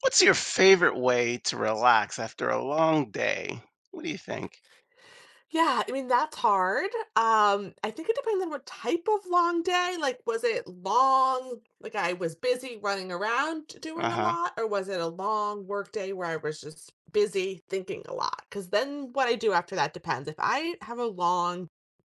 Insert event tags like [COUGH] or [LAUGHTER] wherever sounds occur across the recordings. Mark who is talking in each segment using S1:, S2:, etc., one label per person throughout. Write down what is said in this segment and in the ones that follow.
S1: What's your favorite way to relax after a long day? What do you think?
S2: Yeah, I mean, that's hard. I think it depends on what type of long day. Like, was it long, like I was busy running around doing a
S1: Uh-huh,
S2: lot, or was it a long work day where I was just busy thinking a lot? Because then what I do after that depends. If I have a long,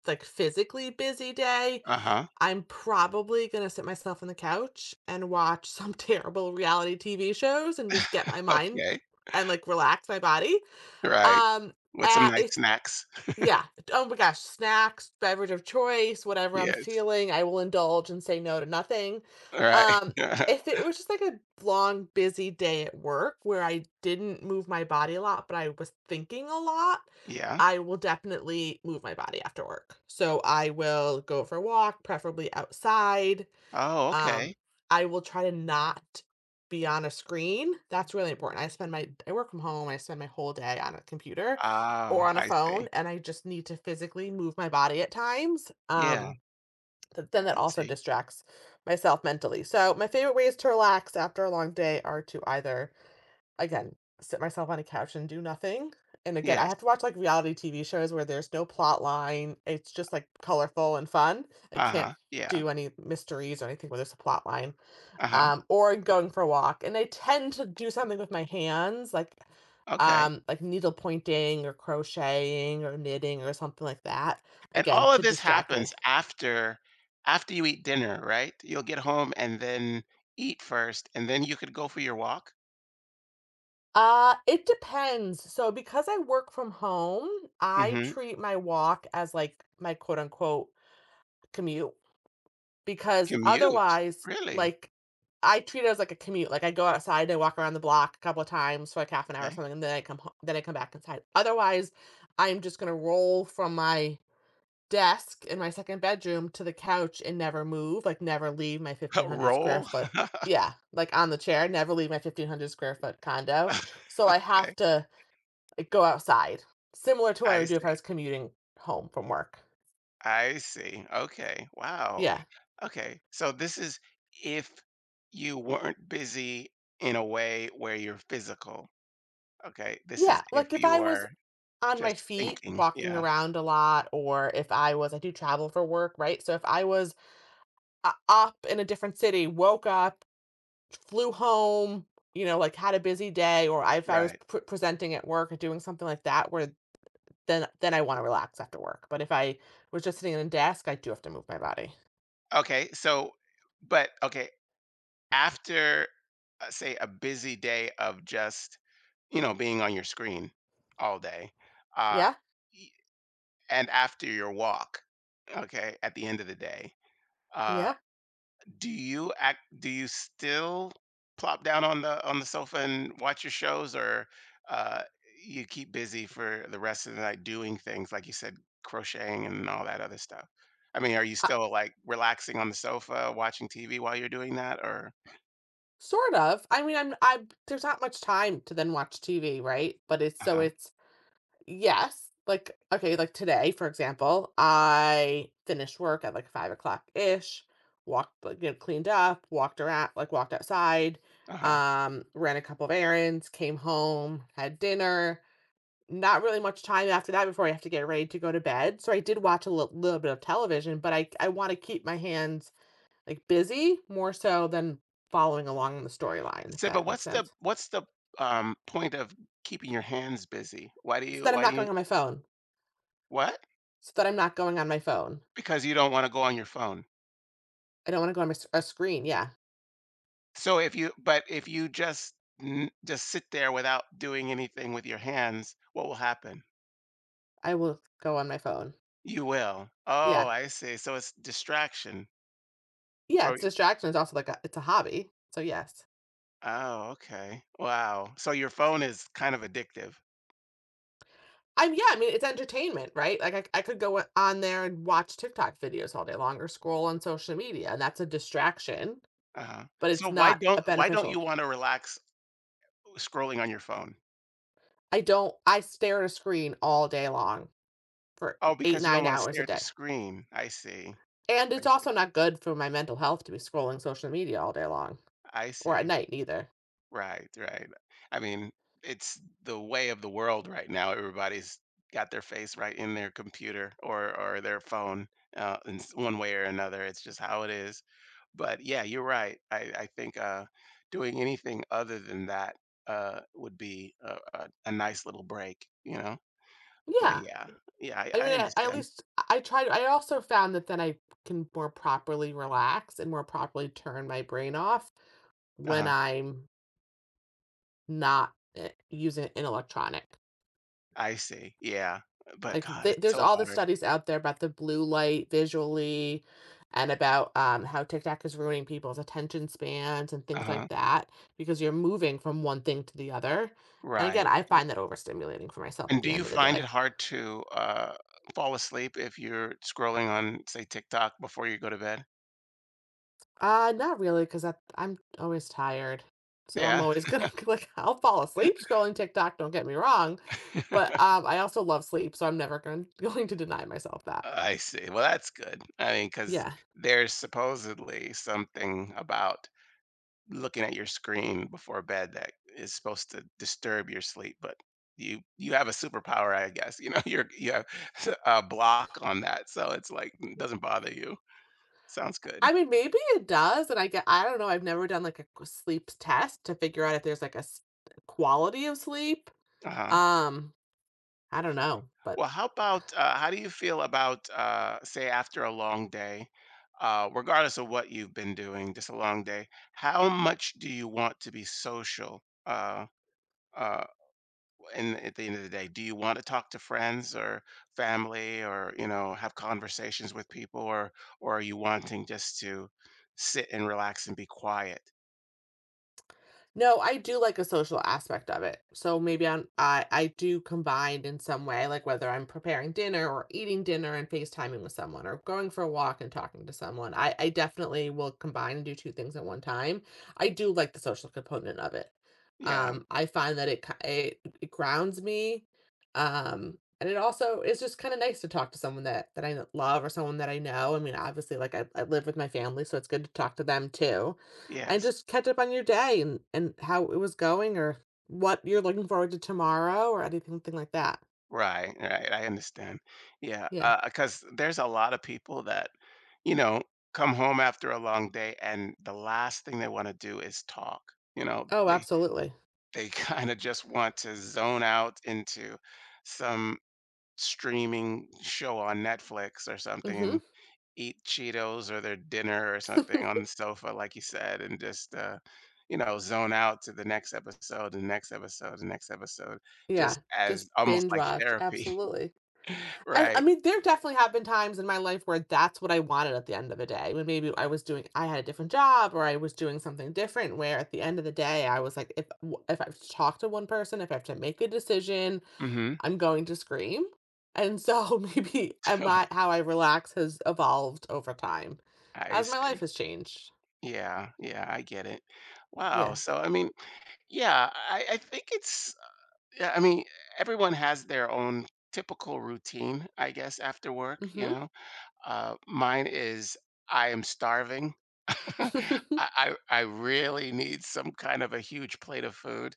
S2: like physically busy day,
S1: uh-huh.
S2: I'm probably gonna sit myself on the couch and watch some [LAUGHS] terrible reality TV shows and just get my
S1: [LAUGHS]
S2: mind
S1: Okay,
S2: and like relax my body.
S1: right.
S2: Um,
S1: With some nice
S2: if
S1: snacks.
S2: Yeah. Oh my gosh, snacks, beverage of choice, whatever I'm
S1: Yes,
S2: feeling, I will indulge and say no to nothing.
S1: all right.
S2: Um,
S1: [LAUGHS]
S2: if it was just like a long, busy day at work where I didn't move my body a lot, but I was thinking a lot,
S1: Yeah.
S2: I will definitely move my body after work. So I will go for a walk, preferably outside.
S1: Oh,
S2: Um,
S1: okay.
S2: I will try to not be on a screen. That's really important. I spend my I work from home, I spend my whole day on a computer
S1: Oh,
S2: or on a
S1: I see.
S2: phone, and I just need to physically move my body at times.
S1: Yeah,
S2: Then that
S1: I
S2: also
S1: see.
S2: distracts myself mentally. So my favorite ways to relax after a long day are to either, again, sit myself on a couch and do nothing. And again, I
S1: Yes.
S2: have to watch like reality TV shows where there's no plot line. It's just like colorful and fun. I can't
S1: Uh-huh, yeah.
S2: do any mysteries or anything where there's a plot line,
S1: Uh-huh,
S2: or going for a walk. And I tend to do something with my hands, like,
S1: okay.
S2: like needle pointing or crocheting or knitting or something like that.
S1: And
S2: Again,
S1: all of
S2: to
S1: this
S2: distract me.
S1: happens after you eat dinner, right? You'll get home and then eat first, and then you could go for your walk?
S2: It depends. So because I work from home, I
S1: Mhm.
S2: treat my walk as like my quote unquote commute. Because
S1: Commute?
S2: otherwise,
S1: Really?
S2: like, I treat it as like a commute. Like I go outside, I walk around the block a couple of times for like half an hour or
S1: Okay.
S2: something, and then I come home, then I come back inside. Otherwise, I'm just gonna roll from my desk in my second bedroom to the couch and never move, like never leave my
S1: [LAUGHS]
S2: 1500 square
S1: Roll?
S2: foot. Yeah, like on the chair, never leave my 1500 square foot condo. So I
S1: [LAUGHS] Okay.
S2: have to like go outside, similar to what I
S1: I
S2: would do if
S1: see.
S2: I was commuting home from work.
S1: I see. Okay. Wow.
S2: Yeah.
S1: Okay. So this is if you weren't busy in a way where you're physical. Okay. This is
S2: Yeah,
S1: if
S2: like if
S1: you
S2: I was
S1: are
S2: on my
S1: just
S2: feet
S1: thinking.
S2: walking
S1: Yeah.
S2: around a lot or if I do travel for work, right? So if I was up in a different city, woke up, flew home, you know, like had a busy day or if I was
S1: Right.
S2: presenting at work or doing something like that where then I want to relax after work. But if I was just sitting at a desk, I do have to move my body.
S1: Okay. So, but okay. After, say, a busy day of just, you know, being on your screen all day, uh,
S2: Yeah?
S1: y- and after your walk, okay, at the end of the day, Uh,
S2: Yeah.
S1: do you act do you still plop down on the sofa and watch your shows? Or uh you keep busy for the rest of the night doing things like you said, crocheting and all that other stuff? I mean, are you
S2: Uh,
S1: still like relaxing on the sofa watching TV while you're doing that? Or
S2: sort of. I mean, I there's not much time to then watch TV, right? But
S1: Uh-huh.
S2: it's yes. Like, okay, like today, for example, I finished work at like 5 o'clock ish, walked, like, you know, cleaned up, walked around, like walked outside,
S1: Uh-huh.
S2: ran a couple of errands, came home, had dinner. Not really much time after that before I have to get ready to go to bed. So I did watch a little bit of television, but I want to keep my hands like busy more so than following along the storyline, if
S1: So, but
S2: that makes sense.
S1: what's the point of keeping your hands busy?
S2: So that I'm
S1: Why
S2: not
S1: do you
S2: going on my phone.
S1: what?
S2: So that I'm not going on my phone.
S1: Because you don't want to go on your phone.
S2: I don't wanna go on my s a screen, yeah.
S1: So if you but if you just n just sit there without doing anything with your hands, what will happen?
S2: I will go on my phone.
S1: You will. Oh,
S2: Yeah.
S1: I see. So it's distraction
S2: Yeah,
S1: for
S2: it's
S1: you.
S2: distraction, it's also like a it's a hobby, so yes.
S1: Oh, okay. Wow. So your phone is kind of addictive.
S2: I yeah, I mean, it's entertainment, right? Like, I could go on there and watch TikTok videos all day long or scroll on social media, and that's a distraction,
S1: Uh-huh.
S2: but
S1: So
S2: it's not a
S1: why don't you
S2: beneficial.
S1: wanna relax scrolling on your phone?
S2: I don't I stare at a screen all day long for
S1: Oh,
S2: 8,
S1: because you don't
S2: 9
S1: wanna
S2: hours
S1: stare
S2: a
S1: at the
S2: day,
S1: screen. I see.
S2: and it's
S1: I see.
S2: also not good for my mental health to be scrolling social media all day long
S1: I
S2: or at
S1: see.
S2: night, either.
S1: Right, right. I mean, it's the way of the world right now. Everybody's got their face right in their computer or their phone, one way or another. It's just how it is. But yeah, you're right. I think doing anything other than that would be a nice little break, you know. But
S2: Yeah.
S1: yeah, yeah, I,
S2: I
S1: I
S2: mean, I at
S1: understand.
S2: least I also found that then I can more properly relax and more properly turn my brain off
S1: Uh
S2: when
S1: huh.
S2: I'm not, using an electronic.
S1: I see. Yeah, but
S2: Like,
S1: God,
S2: th
S1: it's
S2: there's
S1: so
S2: all the
S1: hard.
S2: studies out there about the blue light visually and about, how TikTok is ruining people's attention spans and
S1: Uh
S2: things
S1: huh.
S2: like that because you're moving from one thing to the other, and again,
S1: Right.
S2: I find that overstimulating for myself
S1: And
S2: at
S1: do
S2: the
S1: you
S2: end of the
S1: find it
S2: day.
S1: hard to, fall asleep if you're scrolling on, say, TikTok before you go to bed?
S2: Not really, 'cause I'm always tired. So I'm
S1: Yeah.
S2: always gonna [LAUGHS] like I'll fall asleep scrolling TikTok, don't get me wrong, but,
S1: [LAUGHS]
S2: I also love sleep, so I'm never gon [LAUGHS] going to deny myself that.
S1: I see. Well, that's good. I mean, because
S2: Yeah.
S1: there's supposedly something about looking at your screen before bed that is supposed to disturb your sleep, but you have a superpower, I guess, you know, [LAUGHS] you have [LAUGHS] a block on that, so it's like, it doesn't bother you. Sounds good.
S2: I mean, maybe it does, and I don't know, I've never done, like, a q sleep test to figure out if there's, like, a s quality of sleep.
S1: Uh-huh.
S2: Um, I don't know, but
S1: Well, how about how do you feel about say after a long day, regardless of what you've been doing, just a long day? How much do you want to be social? Uh, in at the end of the day, do you want to talk to friends or family, or you know, have conversations with people, or are you wanting just to sit and relax and be quiet?
S2: no, I do like a social aspect of it. So maybe I do combine in some way, like whether I'm preparing dinner or eating dinner and FaceTiming with someone or going for a walk and talking to someone. I definitely will combine and do two things at one time. I do like the social component of it.
S1: Yeah,
S2: I find that it grounds me. And it also is just kind of nice to talk to someone that I love or someone that I know. I mean, obviously, like I live with my family, so it's good to talk to them too and
S1: yes.
S2: just catch up on your day and how it was going or what you're looking forward to tomorrow or anything like that.
S1: Right, right, I understand. Yeah,
S2: Yeah.
S1: because there's a lot of people that, you know, come home after a long day, and the last thing they wanna do is talk, you know?
S2: Oh,
S1: They
S2: absolutely.
S1: they [LAUGHS] kinda just want to zone out into some streaming show on Netflix or something
S2: Mhm.
S1: and eat Cheetos or their dinner or something on the
S2: [LAUGHS]
S1: sofa, like you said, and just, you know, zone out to the next episode, the next episode, the next episode,
S2: Yeah,
S1: just
S2: just
S1: as almost
S2: binge
S1: like
S2: watch,
S1: therapy, [LAUGHS]
S2: absolutely. And, I
S1: right?
S2: mean, there definitely have been times in my life where that's what I wanted at the end of the day, when maybe I was doing I had a different job or I was doing something different where at the end of the day, I was like, if I have to talk to one person, if I have to make a decision,
S1: Mhm.
S2: I'm going to scream. And so [LAUGHS] maybe I might how
S1: [LAUGHS]
S2: I relax has evolved over time
S1: I
S2: as my life
S1: see.
S2: has changed.
S1: Yeah, yeah, I get it. Wow.
S2: Yeah.
S1: So, I mean, yeah, I think it's, yeah, I mean, everyone has their own typical routine, I guess, after work, you
S2: Mhm.
S1: know? Mine is I am starving. [LAUGHS] I,
S2: [LAUGHS]
S1: I really need some kind of a huge plate of food.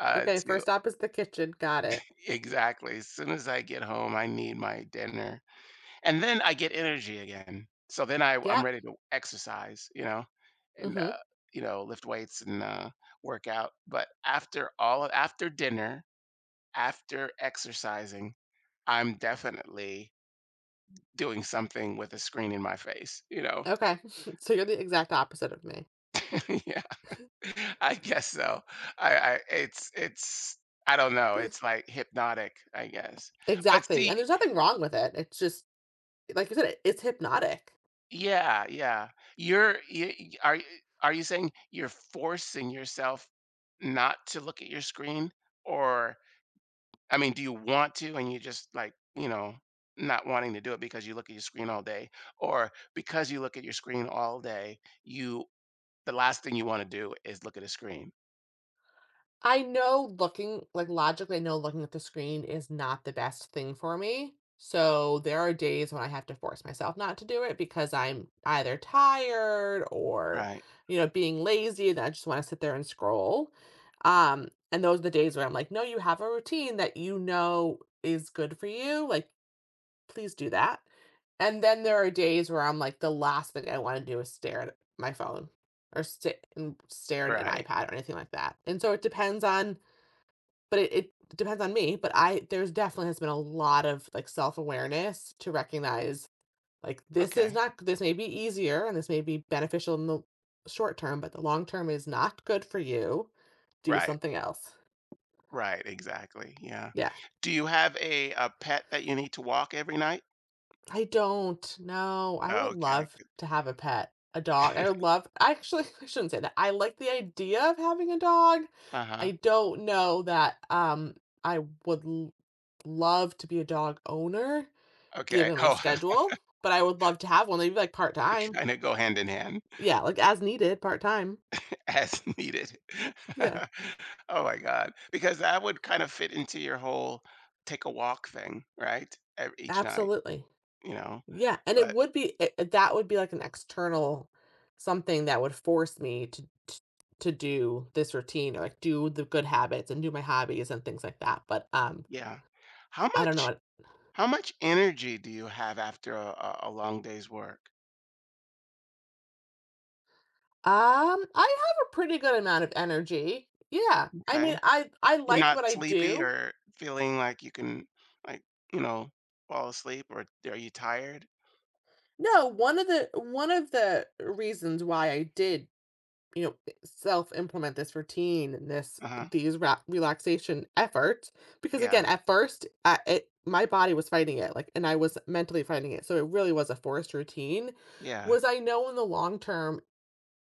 S2: Okay,
S1: To
S2: first stop is the kitchen, got it.
S1: exactly as soon as I get home, I need my dinner. And then I get energy again. So then I'm
S2: Yep.
S1: ready to exercise, you know, and
S2: Mhm.
S1: you know, lift weights and work out. But after dinner, after exercising, I'm definitely doing something with a screen in my face, you know.
S2: Okay. [LAUGHS] So you're the exact opposite of me.
S1: [LAUGHS] Yeah. I guess so. I it's I don't know.
S2: Th-
S1: It's like hypnotic, I guess. But
S2: Exactly,
S1: see,
S2: and there's nothing wrong with it. It's just like you said, it's hypnotic.
S1: yeah, yeah. You're you, y- are you saying you're forcing yourself not to look at your screen? Or I mean, do you want to and you just like, you know, not wanting to do it because you look at your screen all day? Or Because you look at your screen all day, you the last thing you want to do is look at a screen.
S2: I know looking like, logically, I know looking at the screen is not the best thing for me, so there are days when I have to force myself not to do it because I'm either tired or,
S1: Right.
S2: you know, being lazy and I just wanna sit there and scroll, and those are the days where I'm like, "No, you have a routine that you know is good for you, like, please do that," and then there are days where I'm like, the last thing I wanna do is stare at my phone or sit and stare at an
S1: Right.
S2: iPad or anything like that, and so it depends on but it depends on me, but I there's definitely has been a lot of like self-awareness to recognize like this is
S1: Okay.
S2: not this may be easier and this may be beneficial in the short term, but the long term is not good for you, do
S1: Right.
S2: something else,
S1: Right, exactly. Yeah.
S2: yeah.
S1: Do you have a pet that you need to walk every night?
S2: I don't know i would
S1: Okay.
S2: love to have a pet, a dog. I would love I actually [LAUGHS] I shouldn't say that. I like the idea of having a dog.
S1: Uh
S2: I
S1: huh.
S2: don't know that, I would love to be a dog owner
S1: Okay.
S2: given my
S1: [LAUGHS] Oh,
S2: schedule, but I would love to have one, maybe like part
S1: they
S2: time.
S1: kinda go hand in hand.
S2: Yeah, like as needed, part time.
S1: [LAUGHS] As needed. [LAUGHS]
S2: Yeah,
S1: Oh my god, because that would kind of fit into your whole take a walk thing, right? Ev each night,
S2: absolutely.
S1: you know?
S2: Yeah, and it
S1: But
S2: would be, that would be like an external something that would force me to, to do this routine or like do the good habits and do my hobbies and things like that. But,
S1: yeah. How
S2: I don't know.
S1: much how much energy do you have after a long day's work?
S2: I have a pretty good amount of energy. Yeah, I mean,
S1: Okay.
S2: I
S1: You're
S2: like
S1: not
S2: what I
S1: sleepy
S2: do.
S1: or feeling like you can, like, you know, fall asleep, or are you tired?
S2: No, one of the reasons why I did, you know, self implement this routine and this,
S1: Uh-huh.
S2: relaxation efforts, because
S1: Yeah.
S2: again, at first, it my body was fighting it, like, and I was mentally fighting it, so it really was a forced routine.
S1: Yeah.
S2: Was I know in the long term,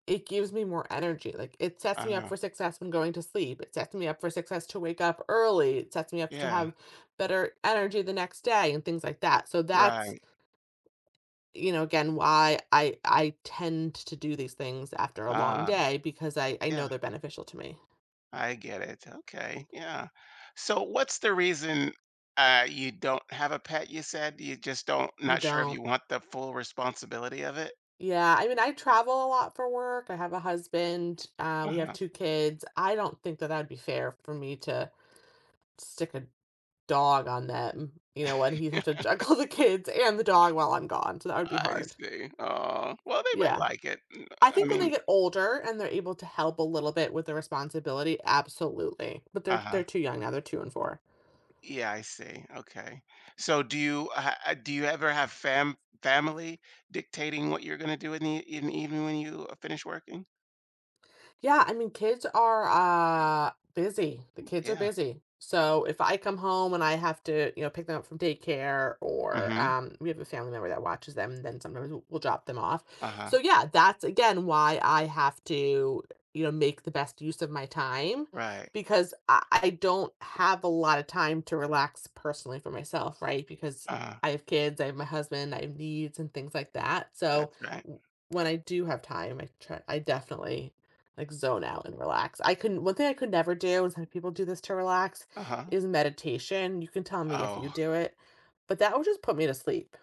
S2: it gives me more energy. Like, it sets me up
S1: Uh-huh.
S2: for success when going to sleep. It sets me up for success to wake up early. It sets me up to
S1: Yeah.
S2: have better energy the next day and things like that. So that's,
S1: Right.
S2: you know, again, why I tend to do these things after a long
S1: Uh,
S2: day because I
S1: yeah.
S2: know they're beneficial to me.
S1: I get it. Okay. Yeah. So what's the reason you don't have a pet, you said? You just don't,
S2: I
S1: not sure if you
S2: don't
S1: want the full responsibility of it?
S2: Yeah, I mean, I travel a lot for work. I have a husband. We have
S1: Uh-huh.
S2: two kids. I don't think that that'd be fair for me to stick a dog on them, you know, when he'd have to
S1: [LAUGHS]
S2: juggle [LAUGHS] the kids and the dog while I'm gone. So that would be
S1: I
S2: hard.
S1: see. Oh, well, they might
S2: Yeah.
S1: like it. N-
S2: I
S1: I
S2: think when they
S1: mean,
S2: get older and they're able to help a little bit with the responsibility, absolutely. But
S1: uh-huh.
S2: they're too young now. They're two and four.
S1: Yeah, I see. Okay. So do you ever have family dictating what you're going to do in the evening when you finish working?
S2: Yeah, I mean, kids are, busy. The kids are
S1: Yeah.
S2: busy. So, if I come home and I have to, you know, pick them up from daycare or,
S1: Mm-hmm.
S2: we have a family member that watches them, and then sometimes we'll drop them off.
S1: Uh-huh.
S2: So, yeah, that's again why I have to, you know, make the best use of my time
S1: Right.
S2: because I don't have a lot of time to relax personally for myself, right? Because
S1: Uh-huh.
S2: I have kids, I have my husband, I have needs and things like that. So,
S1: That's right.
S2: w when I do have time, I definitely like, zone out and relax. I couldn't one thing I could never do, and some people do this to relax,
S1: Uh-huh.
S2: is meditation. You can tell me if you
S1: Oh.
S2: do it, but that would just put me to sleep.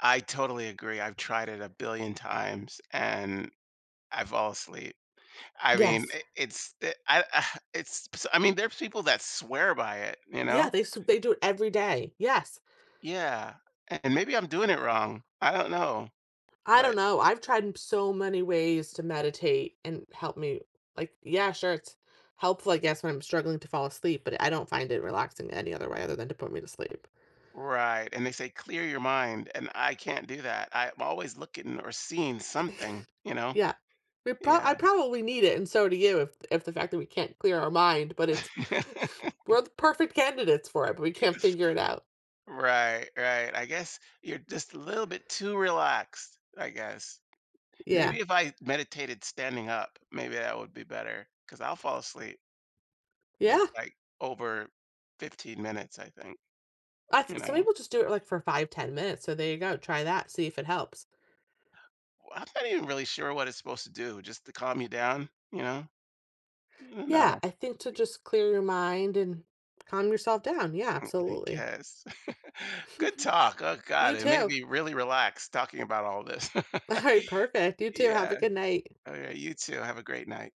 S1: I totally agree. I've tried it a billion times and I fall asleep. I mean,
S2: Yes.
S1: I- it's the- I- it's s- I mean, there's people that swear by it, you know?
S2: They do it every day. Yes.
S1: Yeah. And maybe I'm doing it wrong. I don't know.
S2: I don't
S1: But
S2: know. I've tried so many ways to meditate and help me like, yeah, sure, it's helpful, I guess, when I'm struggling to fall asleep, but I don't find it relaxing any other way other than to put me to sleep.
S1: right. And they say clear your mind and I can't do that. I'm always looking or seeing something, you know?
S2: Yeah. We prob I
S1: Yeah.
S2: probably need it, and so do you, if the fact that we can't clear our mind, but it's [LAUGHS]
S1: [LAUGHS]
S2: we're the perfect candidates for it, but we can't figure it out.
S1: Right, right. I guess you're just a little bit too relaxed, I guess.
S2: Yeah.
S1: Maybe if I meditated standing up, maybe that would be better. Because 'cause I'll fall asleep if
S2: Yeah.
S1: it's, like, over 15 minutes, I think,
S2: I th
S1: you
S2: some
S1: know?
S2: people just do it, like, for 5, 10 minutes, so there you go, try that, see if it helps.
S1: Well, I'm not even really sure what it's supposed to do, just to calm you down, you know? I don't
S2: Yeah,
S1: know,
S2: I think to just clear your mind and calm yourself down, yeah,
S1: I
S2: absolutely.
S1: guess. [LAUGHS] Good talk, oh
S2: [LAUGHS]
S1: god,
S2: You
S1: it made
S2: too.
S1: me really relaxed talking about all this.
S2: Alright,
S1: [LAUGHS]
S2: perfect, you too, have a
S1: Yeah.
S2: good night.
S1: Oh, yeah, you too, have a great night.